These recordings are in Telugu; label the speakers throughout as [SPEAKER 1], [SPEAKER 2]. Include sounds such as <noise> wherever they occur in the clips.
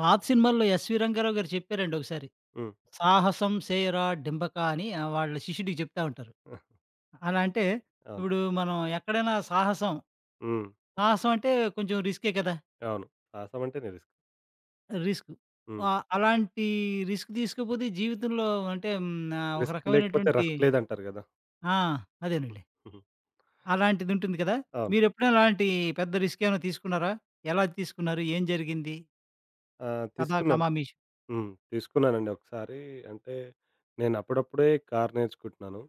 [SPEAKER 1] పాత సినిమాల్లో ఎస్‌వి రంగారావు గారు చెప్పారండి ఒకసారి.
[SPEAKER 2] హ్మ్.
[SPEAKER 1] 'సాహసం సేయరా డింబక' అని వాళ్ళ శిష్యుడికి చెప్తా ఉంటారు.
[SPEAKER 2] ఆహ్,
[SPEAKER 1] అలా అంటే
[SPEAKER 2] అవును.
[SPEAKER 1] ఇప్పుడు మనం ఎక్కడైనా
[SPEAKER 2] హ్మ్.
[SPEAKER 1] సాహసం అంటే కొంచెం రిస్కే కదా!
[SPEAKER 2] అవును. సాహసం అంటేనే రిస్క్.
[SPEAKER 1] రిస్క్.
[SPEAKER 2] హ్మ్.
[SPEAKER 1] అలాంటి రిస్క్ తీసుకోపోతే జీవితంలో అంటే ఒక
[SPEAKER 2] రిస్క్ లేకపోతే
[SPEAKER 1] రకమైనటువంటి
[SPEAKER 2] రస్క్ లేదంటారు గదా!
[SPEAKER 1] ఆ! అదేనండి.
[SPEAKER 2] హుహు.
[SPEAKER 1] అలాంటిదుంటుంది కదా!
[SPEAKER 2] అవును.
[SPEAKER 1] మీరెప్పుడైనా అలాంటి పెద్ద రిస్క్ ఏమైనా తీసుకున్నారా? ఎలా తీసుకున్నారు? ఏం జరిగింది?
[SPEAKER 2] ఆ!
[SPEAKER 1] కథా
[SPEAKER 2] తీసుకున్నాను.
[SPEAKER 1] కమామీషు.
[SPEAKER 2] హ్మ్. తీసుకున్నానండి ఒకసారి. అంటే నేను అప్పుడప్పుడే కారు నేర్చుకుంటున్నాను.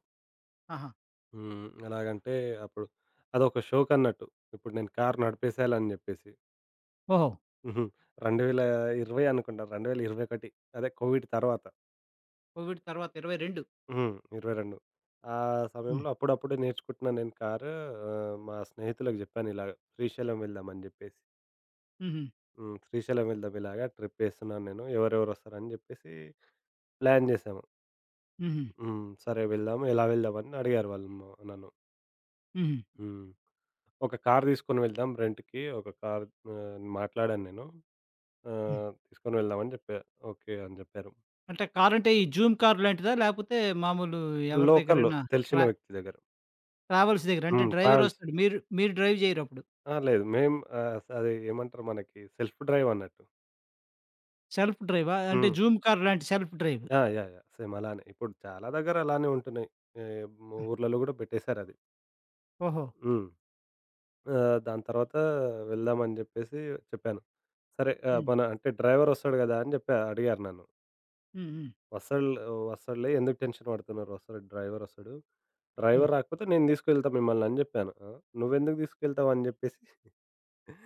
[SPEAKER 1] ఆహా!
[SPEAKER 2] హ్మ్. ఎలాగంటే అప్పుడు అదొక షోకన్నట్టు. ఇప్పుడు నేను కారు నడిపేసేయాలని జెప్పేసి.
[SPEAKER 1] ఓహో!
[SPEAKER 2] హుహు. 2020 అనుకుంటా. 2021 అదే కోవిడ్ తర్వాత.
[SPEAKER 1] కోవిడ్ తర్వాత 22.
[SPEAKER 2] హ్మ్. 22 ఆ
[SPEAKER 1] హ్మ్.
[SPEAKER 2] సమయంలో అప్పుడప్పుడే నేర్చుకుంటున్నాను నేను కారు. మా స్నేహితులకు జెప్పాను ఇలాగ శ్రీశైలం వెళ్దామని జెప్పేసి.
[SPEAKER 1] హుహు.
[SPEAKER 2] హ్మ్. శ్రీశైలం వెళ్దాం ఇలాగా ట్రిప్పేస్తున్నాను నేను. ఎవరెవరొస్తారని జెప్పేసి ప్లాన్ జేశాము.
[SPEAKER 1] హుహు.
[SPEAKER 2] హ్మ్. సరే వెళ్దాము. ఎలా వెళ్దామని అడిగారు వాళ్ళు నన్ను.
[SPEAKER 1] హుహు.
[SPEAKER 2] హ్మ్. ఒక కార్ తీసుకొని వెళ్దాం రెంట్‌కి. మాట్లాడాను నేను.
[SPEAKER 1] హ్మ్.
[SPEAKER 2] తీసుకొని వెళ్దామని జెప్పా. ఓకే అని జెప్పారు.
[SPEAKER 1] అంటే కారంటే ఈ జూమ్ కార్ లాంటిదా? లేపోతే మామూలు ఎవరి
[SPEAKER 2] లోకల్
[SPEAKER 1] దగ్గరైనా
[SPEAKER 2] తెలిసిన
[SPEAKER 1] ట్రా
[SPEAKER 2] వ్యక్తి దగ్గర.
[SPEAKER 1] ట్రావెల్స్ దగ్గర అంటే
[SPEAKER 2] హ్మ్.
[SPEAKER 1] డ్రైవరొస్తాడు. మీరు మీరు డ్రైవ్ జేయరప్పుడు.
[SPEAKER 2] ఆ! లేదు. మేము అది ఏమంటారు మనకి సెల్ఫ్ డ్రైవ్ అన్నట్టు.
[SPEAKER 1] సెల్ఫ్ డ్రైవా? అంటే
[SPEAKER 2] హ్మ్.
[SPEAKER 1] జూమ్ కార్ లాంటి సెల్ఫ్ డ్రైవ్.
[SPEAKER 2] ఆ! యాహ్! యాహ్! సేమ్ అలానే. ఇప్పుడు చాలా దగ్గర అలానే ఉంటున్నాయి. ఏ ఊర్లలో గూడా పెట్టేసారది.
[SPEAKER 1] ఓహో!
[SPEAKER 2] హ్మ్. దాని తర్వాత వెళ్దామని జెప్పేసి చెప్పాను. సరే,
[SPEAKER 1] హ్మ్.
[SPEAKER 2] మన అంటే డ్రైవరొస్తాడు గదా! అని జెప్పా. అడిగారు నన్ను.
[SPEAKER 1] హ్మ్. హ్మ్.
[SPEAKER 2] వస్తాడు వస్తాడులే, ఎందుకు టెన్షన్ పడుతున్నారు? వస్తాడు, డ్రైవరొస్తాడు.
[SPEAKER 1] హ్మ్.
[SPEAKER 2] డ్రైవర్ రాకపోతే నేను తీసుకెళ్తా మిమ్మల్ని అని జెప్పాను. ఆ! నువ్వెందుకు తీసుకెళ్తావు అని జెప్పేసి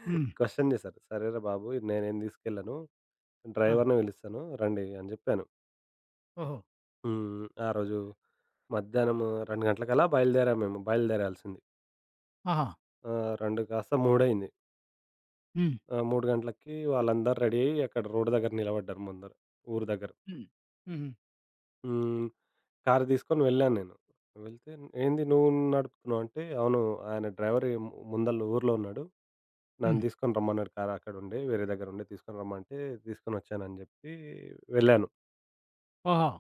[SPEAKER 1] హ్మ్.
[SPEAKER 2] క్వెషన్ జేశారు. <laughs> సరేరా బాబు, నేనేం తీసుకెళ్ళను.
[SPEAKER 1] ఆ!
[SPEAKER 2] డ్రైవర్‌ని పిలుస్తాను రండి అని జెప్పాను.
[SPEAKER 1] ఓహో!
[SPEAKER 2] హ్మ్. ఆ రోజు మధ్యాహ్నం 2 గంటలకల్లా బయలుదేరాము మేము. బయలుదేరాల్సింది.
[SPEAKER 1] ఆహా!
[SPEAKER 2] 2 కాస్త మూడయింది.
[SPEAKER 1] హ్మ్.
[SPEAKER 2] ఆ! 3 గంటలకి వాళ్ళందరూ రెడీ అయ్యి అక్కడ రోడ్ దగ్గర నిలబడ్డారు ముందర. ఊరు దగ్గర.
[SPEAKER 1] హ్మ్. హుహు.
[SPEAKER 2] హ్మ్. కారు తీసుకొని వెళ్ళాను నేను. వెళ్తే, "ఏంది నువ్వు నడుపుతున్నావు" అంటే, "అవును. ఆయన డ్రైవర్ ముందల ఊర్లో ఉన్నాడు. నన్ను
[SPEAKER 1] హ్మ్.
[SPEAKER 2] తీసుకొని రమ్మన్నాడు కారు, అక్కడుండే వేరే దగ్గర ఉండే తీసుకొని రమ్మంటే తీసుకొనొచ్చానని" చెప్పి వెళ్ళాను.
[SPEAKER 1] ఓహో!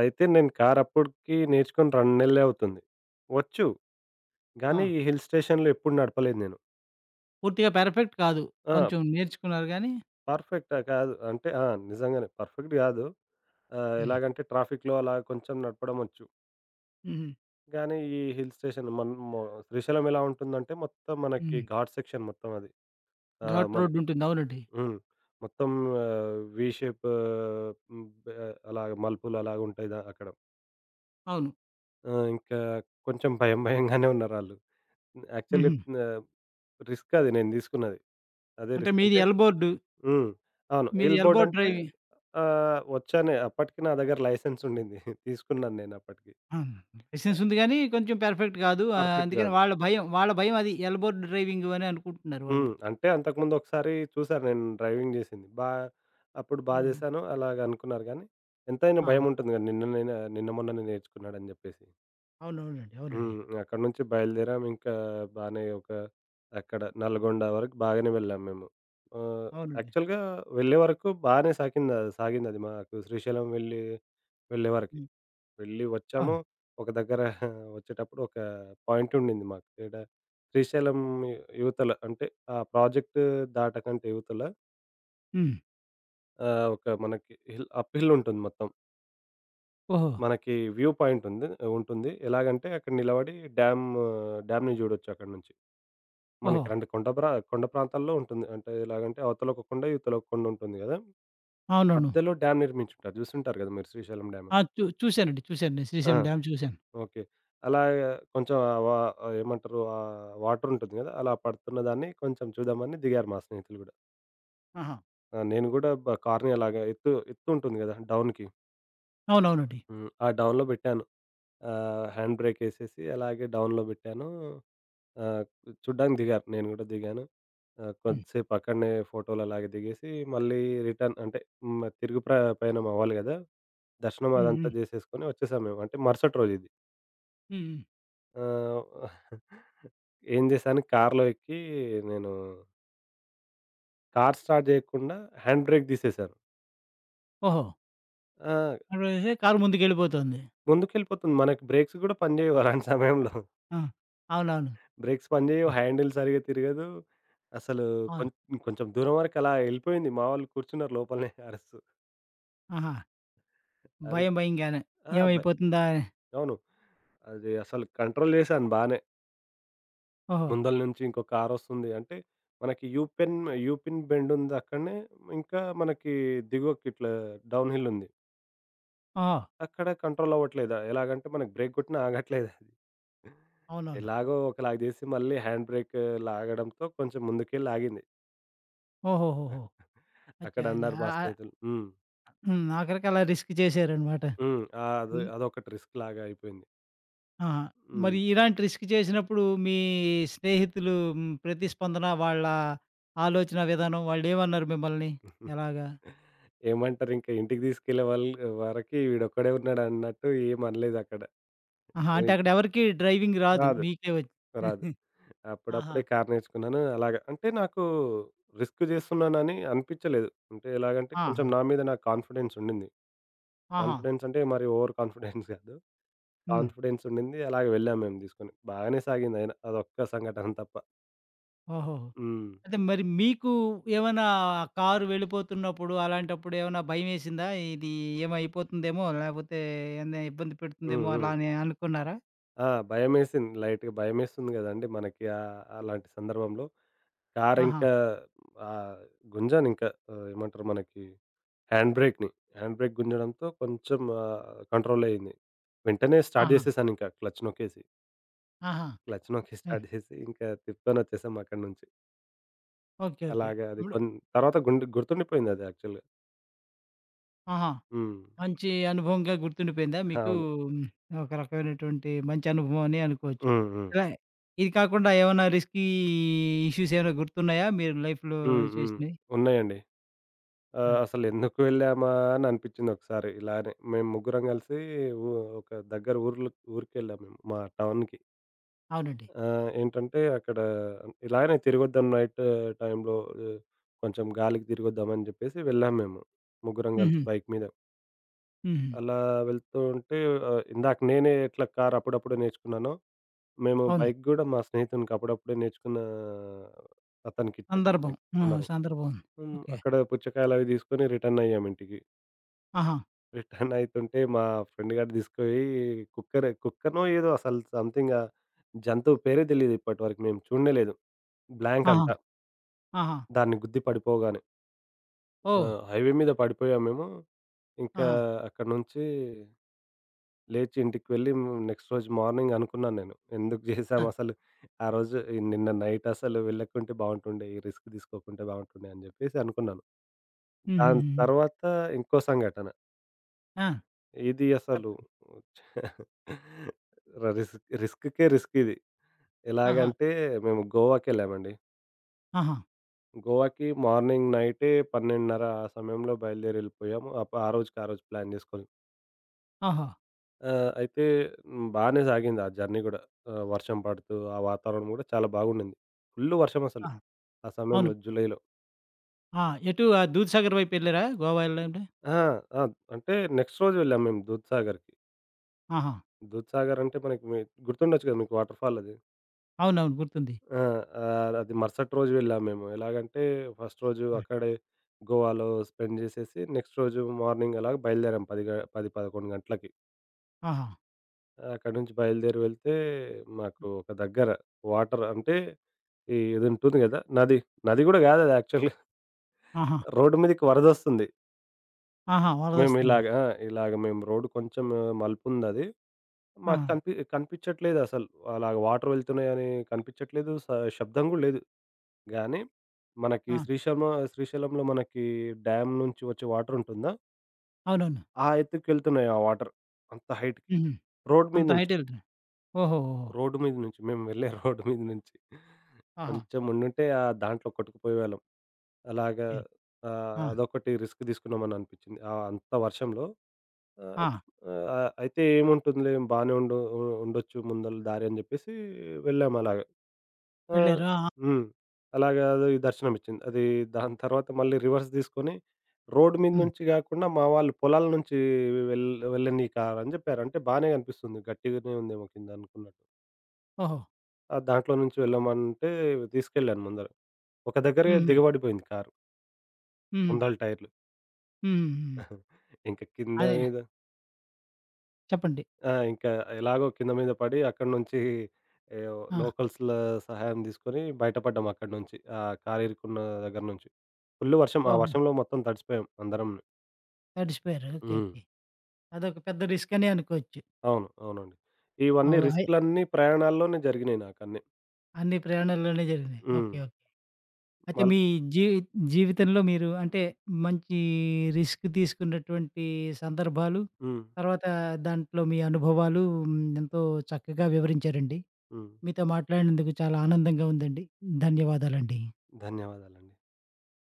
[SPEAKER 2] అయితే నేను కారు అప్పటికి నేర్చుకొని 2 నెలలే అవుతుంది. వచ్చు.
[SPEAKER 1] ఆ!
[SPEAKER 2] కానీ ఈ హిల్ స్టేషన్‌లో ఎప్పుడు నడపలేదు నేను.
[SPEAKER 1] పూర్తిగా పెర్ఫెక్ట్ కాదు.
[SPEAKER 2] ఆ!
[SPEAKER 1] కొంచెం నేర్చుకున్నారు గానీ.
[SPEAKER 2] పర్ఫెక్టా కాదు. అంటే ఆ! నిజంగానే పర్ఫెక్ట్ గాదు.
[SPEAKER 1] హ్మ్.
[SPEAKER 2] ఎలాగంటే ట్రాఫిక్‌లో అలా కొంచెం నడపడమొచ్చు.
[SPEAKER 1] హుహు.
[SPEAKER 2] కానీ ఈ హిల్ స్టేషన్ మన్ మొ శ్రీశైలం ఎలా ఉంటుందంటే మొత్తం మనకి
[SPEAKER 1] హ్మ్.
[SPEAKER 2] ఘాట్ సెక్షన్ మొత్తం అది.
[SPEAKER 1] ఘాట్
[SPEAKER 2] మనకి
[SPEAKER 1] రోడ్డుంటుంది. అవునండి.
[SPEAKER 2] హ్మ్. మొత్తం వి షేప్. హ్మ్. అలాగ మలుపులు అలాగుంటాయి దా అక్కడ.
[SPEAKER 1] అవును.
[SPEAKER 2] ఆ! ఇంకా కొంచెం భయం భయంగానే ఉన్నారాళ్ళు. యాక్చువల్‌గా
[SPEAKER 1] హుహు.
[SPEAKER 2] ఆహ్, రిస్క్ అది నేను తీసుకున్నది. అదే
[SPEAKER 1] అంటే
[SPEAKER 2] రిస్క్.
[SPEAKER 1] మీది
[SPEAKER 2] అంటే
[SPEAKER 1] ఎల్ బోర్డ్.
[SPEAKER 2] హ్మ్. అవును.
[SPEAKER 1] మీది
[SPEAKER 2] ఎయిల్
[SPEAKER 1] ఎల్
[SPEAKER 2] బోర్డ్
[SPEAKER 1] బోర్డ్
[SPEAKER 2] అంటే
[SPEAKER 1] డ్రైవి.
[SPEAKER 2] వచ్చానే అప్పటికి నా దగ్గర లైసెన్స్ ఉండింది. తీసుకున్నాను నేను అప్పటికి.
[SPEAKER 1] ఆ! లైసెన్స్ ఉంది గానీ, కొంచెం పెర్ఫెక్ట్ కాదు.
[SPEAKER 2] పర్ఫెక్ట్
[SPEAKER 1] అందుకని
[SPEAKER 2] గాదు.
[SPEAKER 1] వాళ్ళ భయం. వాళ్ళ భయం అది. ఎల్బోర్డ్ డ్రైవింగు అని అనుకుంటున్నారు వాళ్ళు.
[SPEAKER 2] హ్మ్. అంటే అంతకుముందు ఒకసారి చూసాను నేను డ్రైవింగ్ జేసింది. అప్పుడు
[SPEAKER 1] హ్మ్.
[SPEAKER 2] జేశాను అలాగ అనుకున్నారు గానీ, ఎంతైనా
[SPEAKER 1] ఆహా!
[SPEAKER 2] భయముంటుంది గదా! నిన్న మొన్ననే నేర్చుకున్నాడని జెప్పేసి.
[SPEAKER 1] అవునవునండి. అవునండి.
[SPEAKER 2] హ్మ్. అక్కడి నుంచి బయలుదేరాం. ఇంకా బానే ఒక అక్కడ నల్గొండ వరకు బాగానే వెళ్ళాం మేము. ఆహ్,
[SPEAKER 1] అవునండి.
[SPEAKER 2] యాక్చువల్‌గా వెళ్ళే వరకు బానే సాకింద సాగిందది మాకు శ్రీశైలం వెళ్ళే వరకి.
[SPEAKER 1] హ్మ్.
[SPEAKER 2] వెళ్ళి వచ్చాము.
[SPEAKER 1] అవును.
[SPEAKER 2] ఒక దగ్గర <laughs> వచ్చేటప్పుడు ఒక పాయింట్ ఉండింది మాకు. శ్రీశైలం యువతల అంటే ఆ ప్రాజెక్ట్ దాటకంటే యువతల,
[SPEAKER 1] హ్మ్.
[SPEAKER 2] ఒక మనకి హిల్ అప్ హిల్ ఉంటుంది మొత్తం.
[SPEAKER 1] ఓహో!
[SPEAKER 2] మనకి వ్యూ పాయింట్ ఉంటుంది. ఎలాగంటే అక్కడ నిలబడి డ్యామ్‌ని చూడొచ్చు అక్కడి నుంచి.
[SPEAKER 1] ఓహో!
[SPEAKER 2] మనకి 2 కొండ ప్రాంతాల్లో ఉంటుంది. అంటే ఎలాగంటే అవతల ఒక కొండ, ఇవతల ఒక కొండ ఉంటుంది కదా!
[SPEAKER 1] అవునవును.
[SPEAKER 2] మధ్యలో డ్యామ్ నిర్మించుంటారు. చూసుంటారు కదా మీరు శ్రీశైలం డ్యామ్.
[SPEAKER 1] ఆ! చూసానండి. చూసాను. నేను
[SPEAKER 2] ఆ!
[SPEAKER 1] శ్రీశైలం డ్యామ్ చూసాను.
[SPEAKER 2] ఓకే. అలాగా కొంచెం ఆ ఏమంటారు? ఆ వాటరుంటుంది గదా! అలా పడుతున్న దాన్ని కొంచెం చూద్దామని దిగారు మా స్నేహితులు గూడా.
[SPEAKER 1] ఆహా!
[SPEAKER 2] ఆ! నేను గూడా కార్‌ని అలాగా ఎత్తుంటుంది గదా! డౌన్‌కి.
[SPEAKER 1] అవునవునండి.
[SPEAKER 2] హ్మ్. ఆ డౌన్‌లో బెట్టాను. హ్యాండ్ బ్రేకేసేసి అలాగే డౌన్‌లో బెట్టాను. ఆహ్, చూడ్డానికి దిగారు. నేను గూడా దిగాను.
[SPEAKER 1] హ్మ్.
[SPEAKER 2] కొద్దిసేపు అక్కడనే ఫోటోలు అలాగే దిగేసి, మళ్ళీ రిటర్న్ అంటే హ్మ్. తిరుగు పయనం అవ్వాలి గదా! దర్శనం
[SPEAKER 1] హ్మ్.
[SPEAKER 2] అదంతా
[SPEAKER 1] హ్మ్.
[SPEAKER 2] జేసేసుకొని వచ్చేసాం మేము. అంటే మరుసటి రోజు ఇది.
[SPEAKER 1] హ్మ్. హ్మ్.
[SPEAKER 2] ఆహ్, <laughs> ఏం చేశాను కార్‌లో ఎక్కి నేను కార్ స్టార్ట్ చేయకుండా హ్యాండ్ బ్రేక్ తీసేశాను.
[SPEAKER 1] ఓహో!
[SPEAKER 2] ఆ!
[SPEAKER 1] అటువైతే కారు ముందుకెళ్ళిపోతోంది.
[SPEAKER 2] ముందుకెళ్ళిపోతుంది. మనకి బ్రేక్స్ కూడా పనిచేయవు అలాంటి సమయంలో.
[SPEAKER 1] ఆ! అవునవును.
[SPEAKER 2] బ్రేక్స్ పనిచేయవు.
[SPEAKER 1] ఆ!
[SPEAKER 2] హ్యాండిల్ సరిగ్గా తిరగదు. అసలు కొం
[SPEAKER 1] అవును.
[SPEAKER 2] కొంచెం దూరం వరకు అలా వెళ్ళిపోయింది. మా వాళ్ళు కూర్చున్నారు లోపలనే అరుస్తూ.
[SPEAKER 1] ఆహా! భయం
[SPEAKER 2] అరుస్తూ
[SPEAKER 1] భయంగానే.
[SPEAKER 2] ఆ!
[SPEAKER 1] ఏమైపోతుందా?
[SPEAKER 2] అవును. అది అసలు కంట్రోల్ చేశాను బానే.
[SPEAKER 1] ఓహో!
[SPEAKER 2] ముందల నుంచి ఇంకో కార్ వస్తుంది. అంటే మనకి యూ పిన్ బెండ్ ఉంది అక్కడనే. ఇంకా మనకి దిగువకి ఇట్లా డౌన్ హిల్ ఉంది.
[SPEAKER 1] ఓహో!
[SPEAKER 2] అక్కడ కంట్రోల్ అవ్వట్లేదా? ఎలాగంటే మనకు బ్రేక్ గొట్టినా ఆగట్లేదది.
[SPEAKER 1] అవునవును.
[SPEAKER 2] ఎలాగో ఒకలాగా జేసి మళ్ళీ హ్యాండ్ బ్రేక్ లాగడంతో కొంచెం ముందుకెళ్ళి ఆగింది.
[SPEAKER 1] ఓహోహోహో!
[SPEAKER 2] అక్కడ
[SPEAKER 1] అచ్చా! అది
[SPEAKER 2] అన్నారు
[SPEAKER 1] ఆ!
[SPEAKER 2] మా స్నేహితులు. హ్మ్.
[SPEAKER 1] హ్మ్. ఆఖరికి అలా రిస్క్ చేశారనమాట.
[SPEAKER 2] హ్మ్. అది
[SPEAKER 1] హ్మ్.
[SPEAKER 2] అదొకటి రిస్క్ లాగా అయిపోయింది.
[SPEAKER 1] ఆ!
[SPEAKER 2] హ్మ్.
[SPEAKER 1] మరి ఇలాంటి రిస్క్ చేసినప్పుడు మీ స్నేహితులు ప్రతిస్పందన, వాళ్ళ ఆలోచన విధానం వాళ్ళేమన్నారు మిమ్మల్ని? ఎలాగా?
[SPEAKER 2] ఏమంటారు ఇంకా ఇంటికి తీసుకెళ్ళే వరకి వీడొక్కడే ఉన్నాడన్నట్టు ఏమనలేదక్కడ.
[SPEAKER 1] ఆహా! అంటే
[SPEAKER 2] నేను
[SPEAKER 1] అక్కడ ఎవరికీ డ్రైవింగ్ రాదు.
[SPEAKER 2] రాదు.
[SPEAKER 1] మీకే వచ్
[SPEAKER 2] రాదు.
[SPEAKER 1] <laughs> ఆహా!
[SPEAKER 2] అప్పుడప్పుడే కారు నేర్చుకున్నాను. అలాగా అంటే నాకు రిస్క్ జేస్తున్నానని అనిపిచ్చలేదు. అంటే ఎలాగంటే
[SPEAKER 1] ఆ!
[SPEAKER 2] కొంచెం నా మీద నాకు కాన్ఫిడెన్స్ ఉండింది.
[SPEAKER 1] ఆహా!
[SPEAKER 2] కాన్ఫిడెన్స్ అంటే మరి ఓవర్ కాన్ఫిడెన్స్ కాదు.
[SPEAKER 1] హ్మ్.
[SPEAKER 2] కాన్ఫిడెన్స్ ఉండింది. అలాగే వెళ్ళాం మేము తీసుకొని. బాగానే సాగిందయినా అదొక్క సంఘటన తప్ప.
[SPEAKER 1] ఓహోహో!
[SPEAKER 2] హ్మ్.
[SPEAKER 1] అయితే మరి మీకు ఏమైనా కారు వెళ్ళిపోతున్నప్పుడు అలాంటప్పుడు ఏమైనా భయమేసిందా? ఇది ఏమైపోతుందేమో లేకపోతే ఏమైనా ఇబ్బంది
[SPEAKER 2] హ్మ్.
[SPEAKER 1] పెడుతుందేమో అలా
[SPEAKER 2] హ్మ్.
[SPEAKER 1] అని అనుకున్నారా?
[SPEAKER 2] ఆ! భయమేసింది. లైట్‌గా భయమేస్తుంది గదండీ మనకి అలాంటి సందర్భంలో. కారు
[SPEAKER 1] ఆహా!
[SPEAKER 2] ఇంకా ఆహ్, గుంజానింకా, ఏమంటారు మనకి హ్యాండ్ బ్రేక్‌ని. హ్యాండ్ బ్రేక్ గుంజడంతో కొంచెం కంట్రోల్ అయింది. వెంటనే స్టార్ట్
[SPEAKER 1] ఆహా!
[SPEAKER 2] జేసేసానింకా క్లచ్ నొక్కేసి.
[SPEAKER 1] ఆహా!
[SPEAKER 2] క్లచ్ నొక్కి
[SPEAKER 1] హ్మ్.
[SPEAKER 2] స్టార్ట్ జేసి ఇంకా తిప్పుకొనొచ్చేసాం అక్కడి నుంచి.
[SPEAKER 1] ఓకే. ఓకే.
[SPEAKER 2] అలాగా అది
[SPEAKER 1] ఇప్పుడు
[SPEAKER 2] కొన్ తర్వాత గుండు గుర్తుండిపోయిందది యాక్చువల్‌గా.
[SPEAKER 1] ఆహా!
[SPEAKER 2] హ్మ్.
[SPEAKER 1] మంచి అనుభవంగా గుర్తుండిపోయిందా మీకు?
[SPEAKER 2] అవును.
[SPEAKER 1] హ్మ్. ఒక రకమైనటువంటి మంచి అనుభవం అని అనుకోవచ్చు.
[SPEAKER 2] హ్మ్. హ్మ్.
[SPEAKER 1] ఇలా ఇది కాకుండా ఏమన్నా రిస్కీ ఇష్యూస్ ఏమైనా గుర్తున్నాయా? మీరు లైఫ్‌లో
[SPEAKER 2] హ్మ్. హ్మ్.
[SPEAKER 1] చేసినయి?
[SPEAKER 2] ఉన్నాయండి.
[SPEAKER 1] ఆ!
[SPEAKER 2] అసలెందుకు వెళ్ళామా అని అనిపించింది ఒకసారి ఇలానే. మేము ముగ్గురం కలిసి ఊ ఒక దగ్గర ఊర్లు ఊరికెళ్ళాం మేము మా టౌన్‌కి.
[SPEAKER 1] అవునండి.
[SPEAKER 2] ఏంటంటే అక్కడ ఇలాగనే తిరిగొద్దాం నైట్ టైంలో, ఆహ్, కొంచెం గాలికి తిరిగొద్దామని చెప్పేసి వెళ్ళాం మేము. ముగ్గురం కలిసి
[SPEAKER 1] హుహు.
[SPEAKER 2] బైక్ మీద.
[SPEAKER 1] హుహు.
[SPEAKER 2] అలా వెళ్తూ ఉంటే, ఇందాక నేనే ఎట్లా కారు అప్పుడప్పుడే నేర్చుకున్నానో, మేము
[SPEAKER 1] అవును.
[SPEAKER 2] బైక్ గూడా మా స్నేహితునికి అప్పుడప్పుడే నేర్చుకున్న అతనికిచ్చేసాం
[SPEAKER 1] సందర్భం.
[SPEAKER 2] బైక్
[SPEAKER 1] ఆ!
[SPEAKER 2] అందరం.
[SPEAKER 1] సందర్భం ఉంది.
[SPEAKER 2] హ్మ్.
[SPEAKER 1] ఓకే.
[SPEAKER 2] అక్కడ పుచ్చకాయలవి తీసుకొని రిటర్నయ్యాం ఇంటికి.
[SPEAKER 1] ఆహా!
[SPEAKER 2] రిటర్న్ అయితుంటే మా ఫ్రెండ్ గాడు తీసుకుపోయి కుక్కనో ఏదో అసలు సంథింగ్, జంతువు పేరే తెలీదు ఇప్పటి వరకు, మేము చూడనే లేదు. బ్లాంక్
[SPEAKER 1] ఆహా!
[SPEAKER 2] అంతా.
[SPEAKER 1] ఆహా!
[SPEAKER 2] దాన్ని గుద్ది పడిపోగానే. ఆ!
[SPEAKER 1] ఓహ్!
[SPEAKER 2] హైవే మీద పడిపోయాం మేము. ఇంకా
[SPEAKER 1] ఆహా!
[SPEAKER 2] అక్కడి నుంచి లేచి ఇంటికి వెళ్ళి నెక్స్ట్ రోజు మార్నింగ్ అనుకున్నాను నేను. ఎందుకు
[SPEAKER 1] ఆ!
[SPEAKER 2] చేశాం అసలు ఆ రోజు, ఈ నిన్న నైట్ అసలు వెళ్ళకుంటే బావుంటుండే. ఈ రిస్క్ తీసుకోకుంటే బావుంటుండే అని చెప్పేసి అనుకున్నాను. దాని
[SPEAKER 1] హుహుహుహు.
[SPEAKER 2] తర్వాత ఇంకో సంఘటన.
[SPEAKER 1] ఆ!
[SPEAKER 2] ఇది అసలు
[SPEAKER 1] చెప్పండి.
[SPEAKER 2] ర రిస్క్ రిస్క్‌కే రిస్క్ ఇది.
[SPEAKER 1] ఆహా!
[SPEAKER 2] ఎలాగంటే మేము గోవాకెళ్ళామండి.
[SPEAKER 1] ఆహా!
[SPEAKER 2] గోవాకి మార్నింగ్, నైటే 12:30 ఆ సమయంలో బయలుదేరి వెళ్ళిపోయాము. ఆ రోజుకి ఆ రోజు ప్లాన్ చేసుకొని.
[SPEAKER 1] ఓహో!
[SPEAKER 2] అయితే హ్మ్, బానే సాగింది ఆ జర్నీ గూడా. వర్షం పడుతూ, ఆ వాతావరణం గూడా చాలా బాగుండింది. ఫుల్లు వర్షం అసలు
[SPEAKER 1] ఆ!
[SPEAKER 2] ఆ
[SPEAKER 1] అవును.
[SPEAKER 2] సమయంలో, జూలైలో.
[SPEAKER 1] ఆ! ఎటు ఆ దూద్‌సాగర్ వైపు ఎళ్లారా గోవా ఎళ్ళారంటే?
[SPEAKER 2] అహా! ఆ! అంటే నెక్స్ట్ రోజు వెళ్ళాము మేము దూద్‌సాగర్‌కి.
[SPEAKER 1] ఆహా!
[SPEAKER 2] దూద్‌సాగర్ అంటే మనకి, గుర్తుండొచ్చు గదా! మీకు వాటర్ ఫాల్ అది.
[SPEAKER 1] అవునవును. గుర్తుంది.
[SPEAKER 2] ఆ! అది మరుసటి రోజు వెళ్ళాము మేము. ఎలాగంటే ఫస్ట్ రోజు
[SPEAKER 1] ఆ!
[SPEAKER 2] అక్కడే గోవాలో స్పెండ్ జేసేసి నెక్స్ట్ రోజు మార్నింగ్ అలాగ బయలుదేరాం 10, 11 గంటలకి.
[SPEAKER 1] ఆహా!
[SPEAKER 2] అక్కడి నుంచి బయలుదేరి వెళ్తే మాకు ఒక దగ్గర వాటర్ అంటే ఇది ఉంటుంది గదా! నది. నది గూడా గాదు అది, యాక్చువల్‌గా
[SPEAKER 1] ఆహా!
[SPEAKER 2] రోడ్డు మీదకి వరదొస్తుంది.
[SPEAKER 1] ఆహా!
[SPEAKER 2] మేము
[SPEAKER 1] వరదొస్తుంది.
[SPEAKER 2] ఇలాగ ఆ! ఇలాగ మేము రోడ్డు కొంచెం మలుపుందది.
[SPEAKER 1] ఆ!
[SPEAKER 2] మాకు కనిపిచ్చట్లేదసలు. అలాగ వాటర్ వెళ్తున్నాయని కనిపిచ్చట్లేదు. శబ్దం గూడా లేదు. గానీ మనకి
[SPEAKER 1] ఆ!
[SPEAKER 2] శ్రీశైలంలో మనకి డ్యామ్ నుంచి వచ్చే వాటరుంటుందా?
[SPEAKER 1] అవునవును.
[SPEAKER 2] ఆ ఎత్తుకెళ్తున్నాయి ఆ వాటర్. అంత హైట్‌కి.
[SPEAKER 1] హుహు.
[SPEAKER 2] రోడ్ మీద
[SPEAKER 1] అంత
[SPEAKER 2] నుంచి.
[SPEAKER 1] హైట్ ఎళ్తున్నా. ఓహో! ఓహో!
[SPEAKER 2] రోడ్డు మీద నుంచి. మేము వెళ్ళే <laughs> రోడ్డు మీద నుంచి.
[SPEAKER 1] ఆహా!
[SPEAKER 2] కొంచెం ఉండుంటే ఆ దాంట్లో కొట్టుకుపోయేవాళ్ళం. అలాగా
[SPEAKER 1] ఓకే. ఆ!
[SPEAKER 2] అదొకటి రిస్క్ తీసుకున్నామని అనిపించింది. అంత వర్షంలో. ఆహ్,
[SPEAKER 1] ఆ!
[SPEAKER 2] ఆహ్, అయితే ఏముంటుందిలే, బానే ఉండు ఉ ఉండొచ్చు ముందల దారి అని చెప్పేసి వెళ్ళాము అలాగ. ఆ!
[SPEAKER 1] వెళ్లారు. ఆ! ఆ!
[SPEAKER 2] హ్మ్. అలాగా అది దర్శనం ఇచ్చింది. అది దాని తర్వాత మళ్ళీ రివర్స్ తీసుకొని రోడ్ మీద
[SPEAKER 1] హ్మ్.
[SPEAKER 2] నుంచి కాకుండా మా వాళ్ళు పొలాల నుంచి వెళ్ వెళ్ళనీకారు అని చెప్పారు. అంటే బానే కనిపిస్తుంది. గట్టిగానే ఉందేమో కింద అనుకున్నట్టు.
[SPEAKER 1] ఓహో!
[SPEAKER 2] ఆ! దాంట్లో నుంచి వెళ్ళమంటే తీసుకెళ్ళాను ముందర. ఒక దగ్గరే
[SPEAKER 1] హుహు.
[SPEAKER 2] దిగబడిపోయింది కారు
[SPEAKER 1] హ్మ్.
[SPEAKER 2] ముందల టైర్‌లో.
[SPEAKER 1] హ్మ్. హ్మ్.
[SPEAKER 2] ఇంక కింద
[SPEAKER 1] అదే.
[SPEAKER 2] మీద
[SPEAKER 1] చెప్పండి.
[SPEAKER 2] ఆ! ఇంకా ఎలాగో కింద మీద పడి అక్కడి నుంచి ఏవో
[SPEAKER 1] ఆ!
[SPEAKER 2] లోకల్స్‌ల సహాయం తీసుకొని బయటపడ్డాం అక్కడి నుంచి. ఆ కారు ఇరుక్కున్న దగ్గర నుంచి. ఫుల్ వర్షం. ఆ
[SPEAKER 1] ఓహో!
[SPEAKER 2] వర్షంలో మొత్తం తడిసిపోయాం అందరం.
[SPEAKER 1] తడిసిపోయారు. ఓకే.
[SPEAKER 2] హ్మ్.
[SPEAKER 1] ఓకే. అదొక పెద్ద రిస్క్ అనే అనుకోవచ్చు.
[SPEAKER 2] అవును. అవునండి. ఇవన్నీ
[SPEAKER 1] ఓహ్!
[SPEAKER 2] రిస్క్‌లన్నీ ప్రయాణాల్లోనే జరిగినాయి నాకన్నీ.
[SPEAKER 1] అన్ని ప్రయాణాల్లోనే జరిగినాయి.
[SPEAKER 2] హ్మ్.
[SPEAKER 1] ఓకే. ఓకే. అయితే
[SPEAKER 2] మళ్
[SPEAKER 1] మీ జీ జీవితంలో మీరు అంటే మంచి రిస్క్ తీసుకున్నటువంటి సందర్భాలు,
[SPEAKER 2] హ్మ్.
[SPEAKER 1] తర్వాత దాంట్లో మీ అనుభవాలు ఎంతో చక్కగా వివరించారండి.
[SPEAKER 2] హ్మ్.
[SPEAKER 1] మీతో మాట్లాడినందుకు చాలా ఆనందంగా ఉందండి. ధన్యవాదాలండి.
[SPEAKER 2] ధన్యవాదాలండి.